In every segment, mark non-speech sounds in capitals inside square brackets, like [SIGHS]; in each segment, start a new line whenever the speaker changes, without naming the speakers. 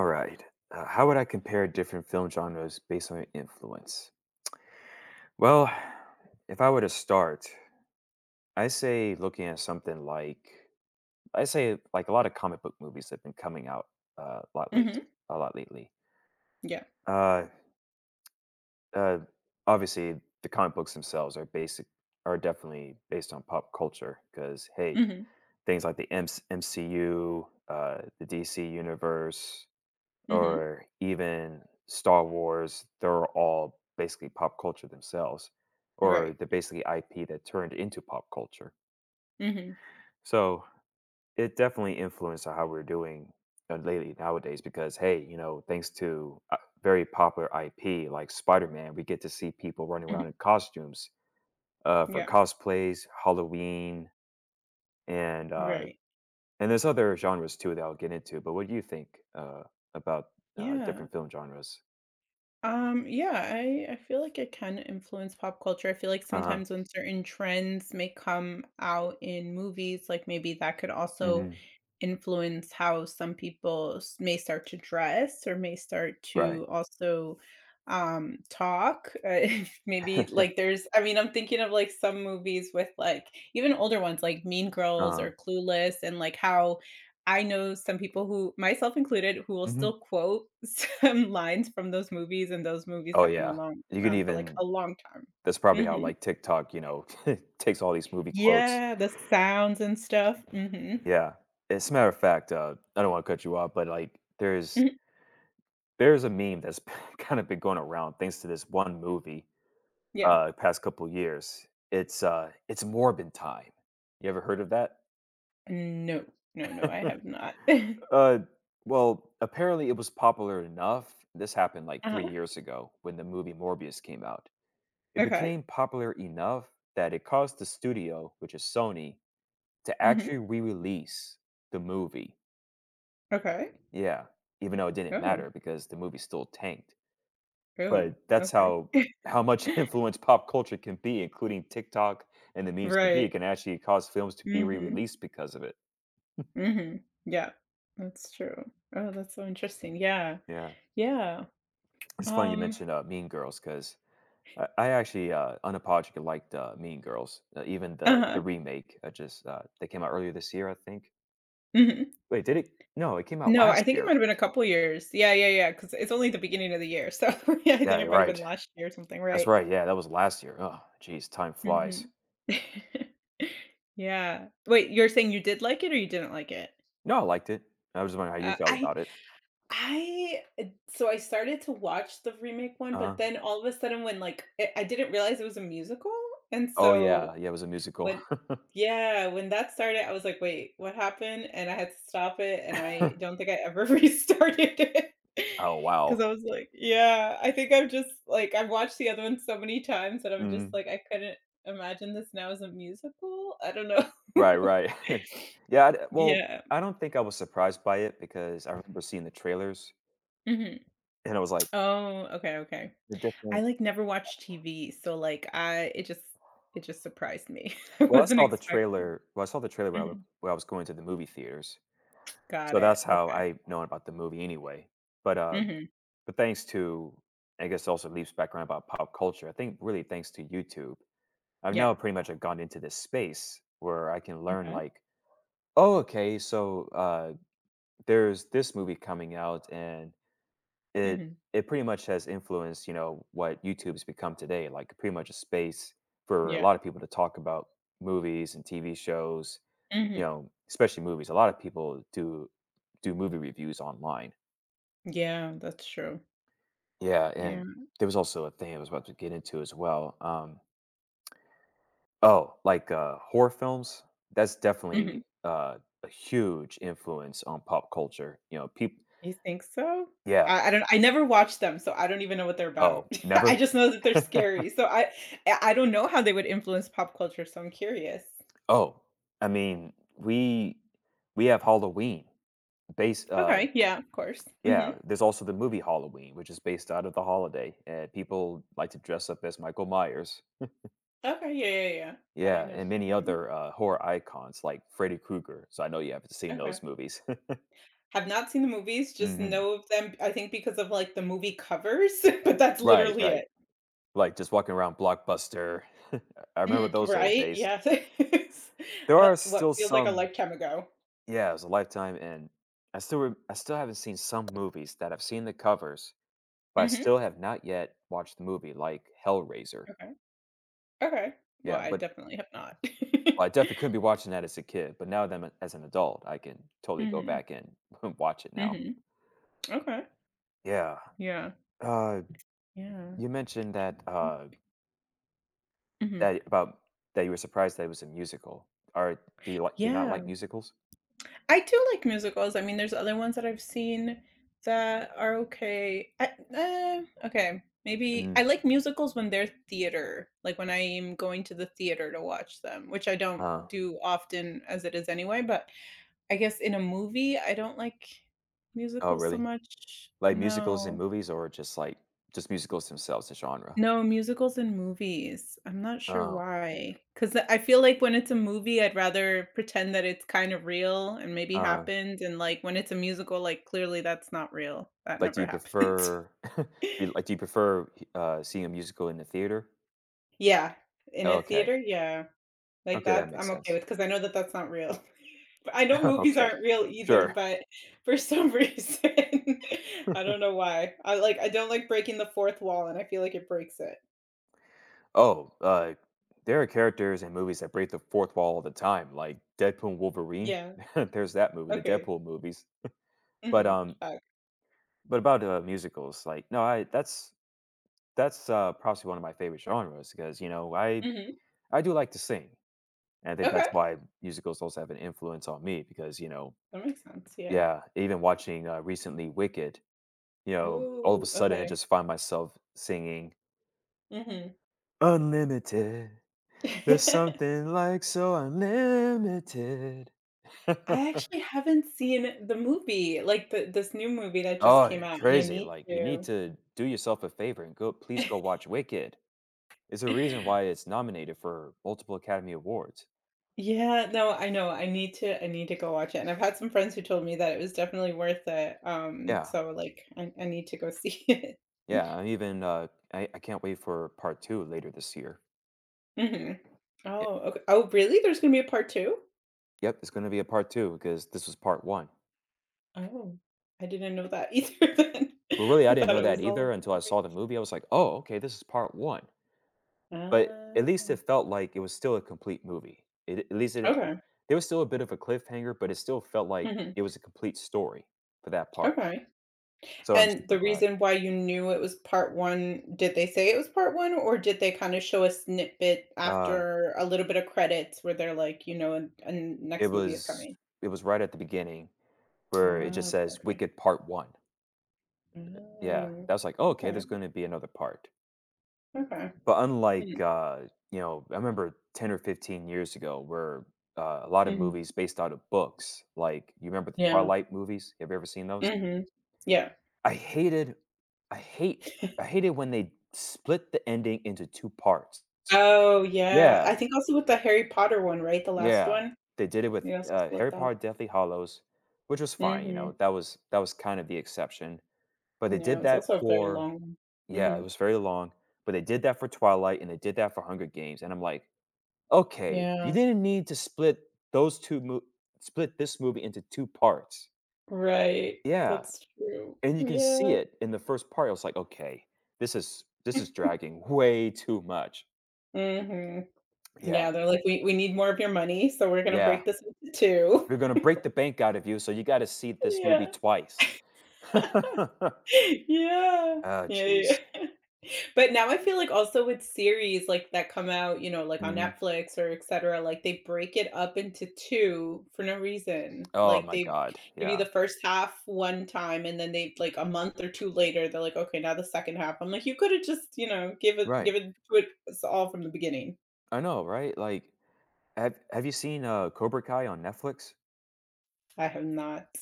All right. How would I compare different film genres based on their influence? Well, if I were to start, I say looking at something like I say like a lot of comic book movies that have been coming out uh, a lot late,
Mhm.
a lot lately.
Yeah.
Uh, uh, obviously, the comic books themselves are basic are definitely based on pop culture because hey,
Mhm.
things like the MCU, the DC universe,
Mhm.
or even Star Wars, they're all basically pop culture themselves, or
Right.
they're basically IP that turned into pop culture.
Mhm.
So it definitely influenced how we're doing lately nowadays because, hey, thanks to very popular IP like Spider Man, we get to see people running around
Mhm.
in costumes for
Yeah.
cosplays, Halloween, and uh,
Right.
and there's other genres too that I'll get into. But what do you think about
Yeah.
different film genres?
Yeah, I feel like it can influence pop culture. I feel like
Uh
sometimes when certain trends may come out in movies, like maybe that could also
huh.
influence how some people may start to dress or may start
Right.
to also talk, [LAUGHS] if maybe like
[LAUGHS]
there's I mean I'm thinking of like some movies with like even older ones like Mean Girls
uh
or Clueless, and like how I know some people who, myself included, who will
Mhm.
still quote [LAUGHS] some lines from those movies, and those movies
Oh,
have been
yeah.
along
You could
around for, like,
even
a long time.
That's probably how,
Mhm.
like, TikTok, [LAUGHS] takes all these movie quotes.
Yeah, the sounds and stuff. Mhm.
Yeah. As a matter of fact, I don't wanna cut you off, but, like, there's
Mhm.
there's a meme that's [LAUGHS] kinda been going around thanks to this one movie,
Yeah.
past couple years. It's Morbin Time. You ever heard of that?
No. No, no, I
[LAUGHS]
have not. [LAUGHS]
Uh, well, apparently it was popular enough this happened, like, 3
Uh-huh.
years ago when the movie Morbius came out. It
Okay.
became popular enough that it caused the studio, which is Sony, to
Mhm.
actually re-release the movie.
Okay.
Yeah, even though it didn't
Oh.
matter because the movie still tanked.
Oh,
But that's
okay.
how much [LAUGHS] influence pop culture can be, including TikTok and the memes can be.
Right.
It can actually cause films to be
Mhm.
re-released because of it.
Mhm. Yeah. That's true. Oh, that's so interesting. Yeah.
Yeah,
Yeah.
it's funny you
Um.
mentioned Mean Girls because I actually unapologetically liked Mean Girls, even the
Uh-huh.
remake. I just they came out earlier this year, I think.
Mhm.
Wait, did it? No, it came out
No, I
last
think it might
year.
have been a couple years. Yeah, yeah, yeah. Because it's only the beginning of the year, so [LAUGHS] yeah, I think
Yeah, you're
it might have
right.
been last year or something,
That's
right?
right. Yeah, that was last year. Oh, jeez, time flies.
Mhm. [LAUGHS] Yeah. Wait, you're saying you did like it or you didn't like it?
No, I liked it. I was just wondering how you
Uh,
felt
I
about it.
I so I started to watch the remake one,
uh
but then all of a sudden when, like, I didn't realize it was a musical, and
Oh
so
yeah, yeah, it was a musical.
When
[LAUGHS]
yeah, when that started, I was like, "Wait, what happened?" And I had to stop it, and I don't think I ever [LAUGHS] restarted it
oh
because
wow.
I was like, yeah, I think I'm just like, I've watched the other one so many times that I'm just
Mm.
like, I couldn't imagine this now as a musical? I don't know. [LAUGHS]
Right, right. [LAUGHS] yeah. I d well,
Yeah.
I don't think I was surprised by it because I remember seeing the trailers,
Mhm.
and I was like,
Oh, okay, okay.
the
I,
different.
like, never watched TV, so, like, I it just surprised me. [LAUGHS] I wasn't expecting.
Well, I saw the trailer when
Mhm.
I was going to the movie theaters,
Got
so that's
it.
how
Okay.
I know about the movie anyway. But uh,
Mhm.
But thanks to, I guess, also Leaf's background about pop culture, I think really thanks to YouTube, I've now
Yeah.
pretty much have gone into this space where I can learn
Okay.
like, oh, okay, so there's this movie coming out, and it
Mhm.
it pretty much has influenced, you know, what YouTube's become today, like pretty much a space for a
Yeah.
lot of people to talk about movies and TV shows, you
Mhm.
know, especially movies. A lot of people do movie reviews online.
Yeah, that's true.
Yeah, and
Yeah.
there was also a thing I was about to get into as well. Oh, like horror films. That's definitely
Mhm.
a huge influence on pop culture. You know, people.
You think so?
Yeah.
I never watched them, so I don't even know what they're
Oh,
about. [LAUGHS] I
never.
just know that they're scary,
[LAUGHS]
so I don't know how they would influence pop culture, so I'm curious.
oh, I mean, we have Halloween based.
Okay, yeah, of course.
Yeah,
Mhm.
there's also the movie Halloween, which is based out of the holiday, and people like to dress up as Michael Myers.
Okay, yeah, yeah, yeah. That I
Yeah,
know.
and many
Mhm.
other horror icons like Freddy Krueger. So I know you haven't seen
Okay.
those movies.
Have not seen the movies,
[LAUGHS]
just
hmm
know of them, I think because of, like, the movie covers, [LAUGHS] but that's
Right,
literally
right.
it.
Like, just walking around Blockbuster. [LAUGHS] I remember
Mhm.
those old
Right?
days.
Yes. [LAUGHS]
There are
What
still
feels like a
some
lifetime ago.
Yeah, it was a lifetime, and I still haven't seen some movies that I've seen the covers, but I
Mhm.
still have not yet watched the movie, like Hellraiser.
Okay. Okay. Well,
Yeah,
I
but
definitely have not. [LAUGHS]
well, I definitely couldn't be watching that as a kid, but now that I'm a as an adult, I can totally go
Mhm,
back and [LAUGHS] watch it now.
mhm. Okay.
Yeah.
Yeah,
Uh,
yeah.
you mentioned that,
Mhm.
that about that you were surprised that it was a musical. Or do you do you not
Yeah.
like musicals?
I do like musicals. I mean, there's other ones that I've seen that are okay. I Okay, maybe
Mhm.
I like musicals when they're theater, like when I am going to the theater to watch them, which I don't
Uh
do often as it is anyway, but I guess in a movie, I don't like
Oh,
musicals so
really?
much.
Like musicals and
No.
movies or just musicals themselves, the genre?
No, musicals and movies. I'm not sure
Oh,
why. Cause I feel like when it's a movie, I'd rather pretend that it's kind of real and maybe
uh,
happened, and, like, when it's a musical, like, clearly that's not real. That
like, do
never
you
happened.
prefer [LAUGHS] do
[LAUGHS]
do you prefer, seeing a musical in the theater?
Yeah, in a
Okay.
theater, yeah, like,
Okay, that
that
makes
I'm okay
sense.
with because I know that that's not real. [LAUGHS] I know
[LAUGHS]
movies
Okay.
aren't real either,
Sure.
but for some [LAUGHS] reason, [LAUGHS] I don't know why. I don't like breaking the 4th wall, and I feel like it breaks it.
Oh, there are characters in movies that break the fourth wall all the time, like Deadpool and Wolverine.
Yeah,
[LAUGHS] There's that movie, the
okay.
Deadpool movies. But,
Mhm, fuck.
about, musicals, like no, I that's, probably one of my favorite genres because, you know,
Mhm,
I do like to sing. And I think that's
okay.
why musicals also have an influence on me because, you know
That makes sense, yeah.
yeah, even watching, recently Wicked, you know, all of a
Ooh,
sudden I
okay.
just find myself singing,
Mhm.
"Unlimited, there's
[LAUGHS]
something like so unlimited." [LAUGHS] "Oh,
I actually haven't seen the movie, like, the this new movie that just came
you're
out, and I
crazy,
need
like, you need
to. [SIGHS]
to do yourself a favor and go please go watch Wicked. It's a reason why
[LAUGHS]
it's nominated for multiple Academy Awards."
Yeah, no, I know, I need to go watch it, and I've had some friends who told me that it was definitely worth it,
Yeah,
so, like, I need to go see [LAUGHS] it.
yeah, I'm even, I can't wait for part 2 later this year.
Mhm. Oh, oh, really? There's gonna be a part 2?
Yep, it's gonna be a part 2 because this was part 1.
Oh, I didn't know that either [LAUGHS] then.
But really, I
I
didn't
thought
know
it
that
was all [LAUGHS]
either
1
until I
movie.
saw the movie. I was like, "Oh, okay, this is part 1." But at
Ah,
least it felt like it was still a complete movie. It at least it didn't
okay.
there was still a bit of a cliffhanger, but it still felt like
Mhm.
it was a complete story for that part.
Okay.
So I'm
And
super
the
glad.
reason why you knew it was part 1, did they say it was part 1, or did they kinda show a snippet
Uh,
after a little bit of credits where they're like, you know, and
it
next movie is
was
coming?
it was right at the beginning where it just
Ah,
says,
okay.
"Wicked Part 1." Yeah,
Oh,
that's like, "Oh, okay, there's
okay,
gonna be another part."
okay.
but
Hmm,
unlike you know I remember 10 or 15 years ago where a lot of
mhm.
movies based out of books like you remember the
Yeah.
Twilight movies, have you ever seen those?
Mhm. Yeah.
i hated i hate I hated when they split the ending into two parts.
Oh, yeah. I
Yeah,
think also with the Harry Potter one, right? The last
yeah,
one?
they did it with
They also split
Harry
that.
Potter Deathly hollows which was fine. You know,
Mhm.
that was kind of the exception, but they
Yeah, it
did
was
that
also a very
for
long one.
yeah it
Mhm.
was very long but they did that for Twilight and they did that for Hunger Games and I'm like, okay, you
Yeah.
didn't need to split those 2 mo split this movie into 2 parts.
Right.
Yeah,
That's true.
and you can see
Yeah.
it in the first part, I was like, "Okay, this is dragging way too much."
Mhm. Yeah,
Yeah,
they're like, "We need more of your money, so we're gonna
yeah.
break this into
"We're gonna
2." [LAUGHS]
break the bank out of you, so you gotta see this movie
Yeah.
twice." [LAUGHS]
Yeah.
Oh,
Yeah, yeah.
jeez.
[LAUGHS] But now I feel like also with series, like, that come out, you know, like, on
Mhm.
Netflix or et cetera, like, they break it up into 2 for no reason.
Oh
Like,
my
they
god,
give you
yeah.
the first half one time, and then they like, a month or 2 later, they're like, "Okay, now the second half." I'm like, "You could've just, you know,
Right.
give it to it us all from the beginning."
I know, right? Like, have you seen, Cobra Kai on Netflix?
I have not.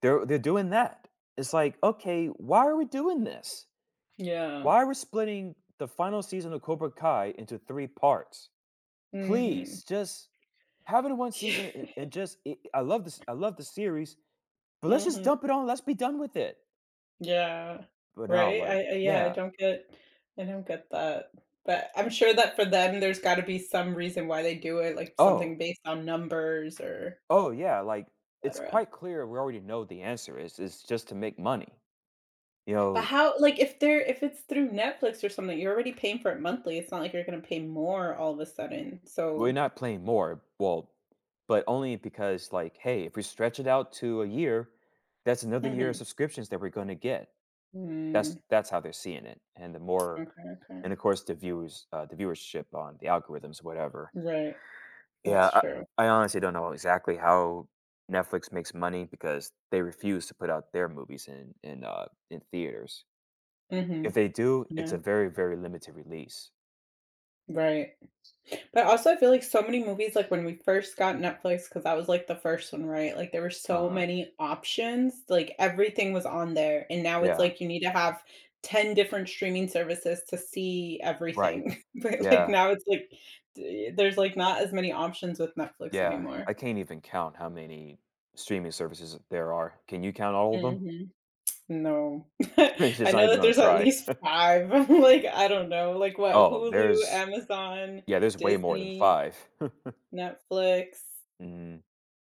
They're doing that. It's like, "Okay, why are we doing this?"
Yeah.
Why are we splitting the final season of Cobra Kai into three parts?
Mhm.
Please, just have it in one season
[LAUGHS]
and I love this. I love the series, but let's just
Mhm.
dump it on. Let's be done with it.
Yeah.
But now,
Right?
like,
I yeah,
yeah.
I don't get that. But I'm sure that for them, there's gotta be some reason why they do it, like
Oh,
something based on numbers or
oh, yeah. Like, it's
etcetera.
quite clear. We already know the answer is. It's just to make money. You
But
know,
how like, if it's through Netflix or something, you're already paying for it monthly, it's not like you're gonna pay more all of a sudden,
we're
so.
not playing more. Well, but only because, like, hey, if we stretch it out to a year, that's another year of
Mhm.
subscriptions that we're going to get. That's
Mm.
that's how they're seeing it. And the more
Okay, okay.
and of course the viewers the viewership on the algorithms whatever.
Right.
Yeah,
That's true.
I honestly don't know exactly how Netflix makes money because they refuse to put out their movies in in theaters. If
Mhm.
they do, it's
Yeah.
a very very limited release.
Right. But also I also feel like so many movies, like, when we first got Netflix, because that was, like, the first one, right? Like, there were so
Uh-huh.
many options, like, everything was on there, and now it's
Yeah.
like you need to have 10 different streaming services to see
Right.
everything. [LAUGHS] But, like,
Yeah,
now it's like d there's, like, not as many options with Netflix
yeah,
anymore.
I can't even count how many streaming services there are. Can you count all of them?
Mhm. No.
[LAUGHS] it's
[LAUGHS] I
just not
know
even
that
gonna
there's at
try.
least 5. [LAUGHS] Like, I don't know, like, what,
Oh
Hulu,
there's
Amazon,
yeah there's way more than
Disney,
five. [LAUGHS]
Netflix,
Mm.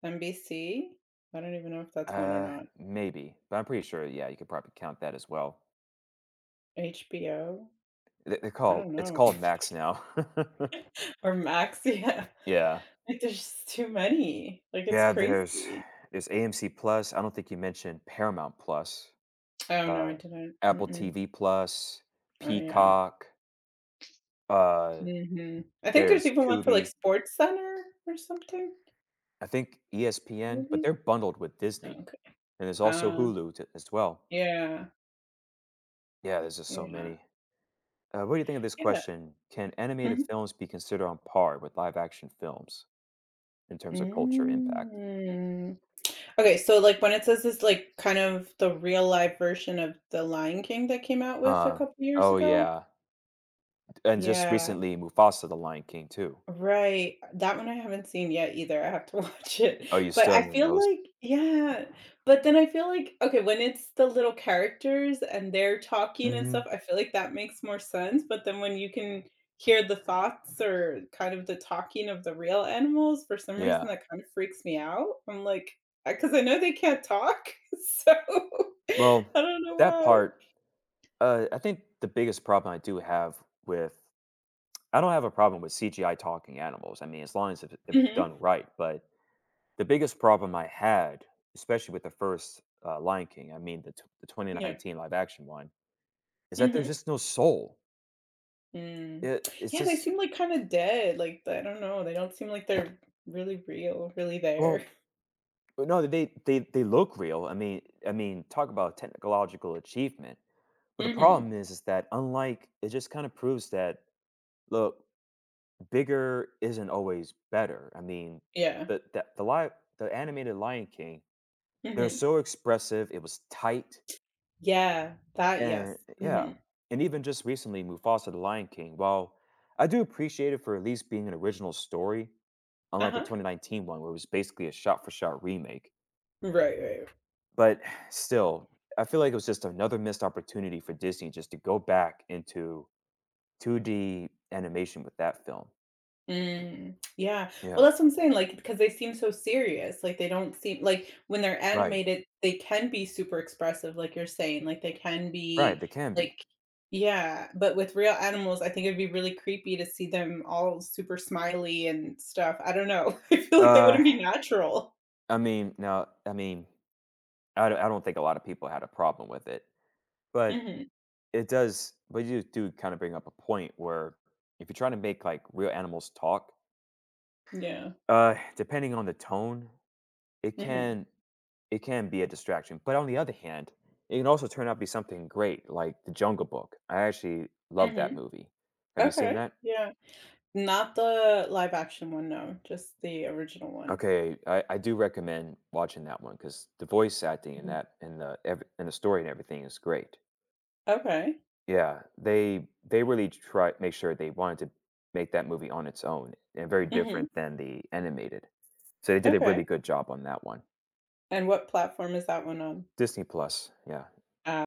NBC? I don't even know if that's one or
Uh,
not.
maybe, but I'm pretty sure. Yeah, you could probably count that as well.
HBO?
They're
I
called.
don't
It's
know. [LAUGHS]
called Max now. [LAUGHS]
Or Max, yeah.
yeah,
Like, there's just too many. Like, it's
yeah. There's
crazy.
there's AMC Plus. I don't think you mentioned Paramount Plus.
Oh, no, I
Uh,
didn't.
Apple
Mm-mm.
TV Plus,
Oh, yeah.
Peacock. Uh,
Mhm. I think there's
there's
even one for, like,
Tubi.
Sports Center or something,
I think ESPN, but
maybe?
they're bundled with
Oh,
Disney,
okay.
and there's also
Uh,
Hulu as well.
yeah.
Yeah, there's just so
Yeah.
many. What do you think of this
Yeah.
question? Can animated
Mhm.
films be considered on par with live action films? In terms of culture impact.
Mm. Okay, so, like, when it says it's, like, kind of the real life version of The Lion King that came out with a
Uh,
couple years
oh,
ago?
yeah, and just
Yeah.
recently, Mufasa: The Lion King too.
Right. That one I haven't seen yet either, I have to [LAUGHS] watch it.
Oh, you
But
still
I
haven't
feel
noticed?
like yeah, but then I feel like okay, when it's the little characters and they're talking and
Mhm.
stuff, I feel like that makes more sense, but then when you can hear the thoughts or kind of the talking of the real animals, for some reason
Yeah.
that kind of freaks me out. I'm like I am like because I know they can't talk, [LAUGHS] so [LAUGHS] I
Well,
don't know
that
why.
part, I think the biggest problem I do have with I don't have a problem with CGI talking animals, I mean, as long as if it's done
Mhm.
right, but the biggest problem I had, especially with the first, Lion King, I mean, the
Yeah.
2019 live action one, is that there's
Mhm.
just no soul.
Mm.
It's
Yeah, they
just
seem like kinda dead, like, I don't know, they don't seem like they're really real, really there.
well.
[LAUGHS]
But no, they they look real. I mean, talk about technological achievement. But the
Mhm.
problem is that unlike it just kind of proves that look, bigger isn't always better. I mean,
Yeah.
the the the live the animated Lion King, they're
Mhm.
so expressive. It was tight
Yeah, that
and
yes.
yeah.
Mhm.
And even just recently, Mufasa the Lion King. While I do appreciate it for at least being an original story, unlike the
Uh-huh.
2019 one, where it was basically a shot for shot remake.
Right, right.
But still, I feel like it was just another missed opportunity for Disney just to go back into 2D animation with that film.
Mm, yeah. Well,
Yeah.
that's what I'm saying, like, because they seem so serious. Like, they don't seem like when they're
Right.
animated, they can be super expressive, like you're saying. Like, they can
Right,
be
they can be.
like, yeah. But with real animals, I think it'd be really creepy to see them all super smiley and stuff. I don't know. [LAUGHS] I feel like that
Uh,
wouldn't be natural.
I mean, I don't think a lot of people had a problem with it, but
Hmm.
it does but you do kind of bring up a point where if you're trying to make, like, real animals talk,
Yeah.
depending on the tone, it
Hmm.
can it can be a distraction, but on the other hand, it can also turn out to be something great, like The Jungle Book. I actually love
Hmm.
that movie. Have you seen
Okay.
that?
Yeah. Not the live action one, no, just the original one.
Okay, I do recommend watching that one because the voice acting in
Mhm.
that and the story and everything is great.
Okay.
Yeah, they really try make sure they wanted to make that movie on its own and very different
Hmm.
than the animated. So they did a really
Okay.
good job on that one.
And what platform is that one on?
Disney Plus, yeah.
Uh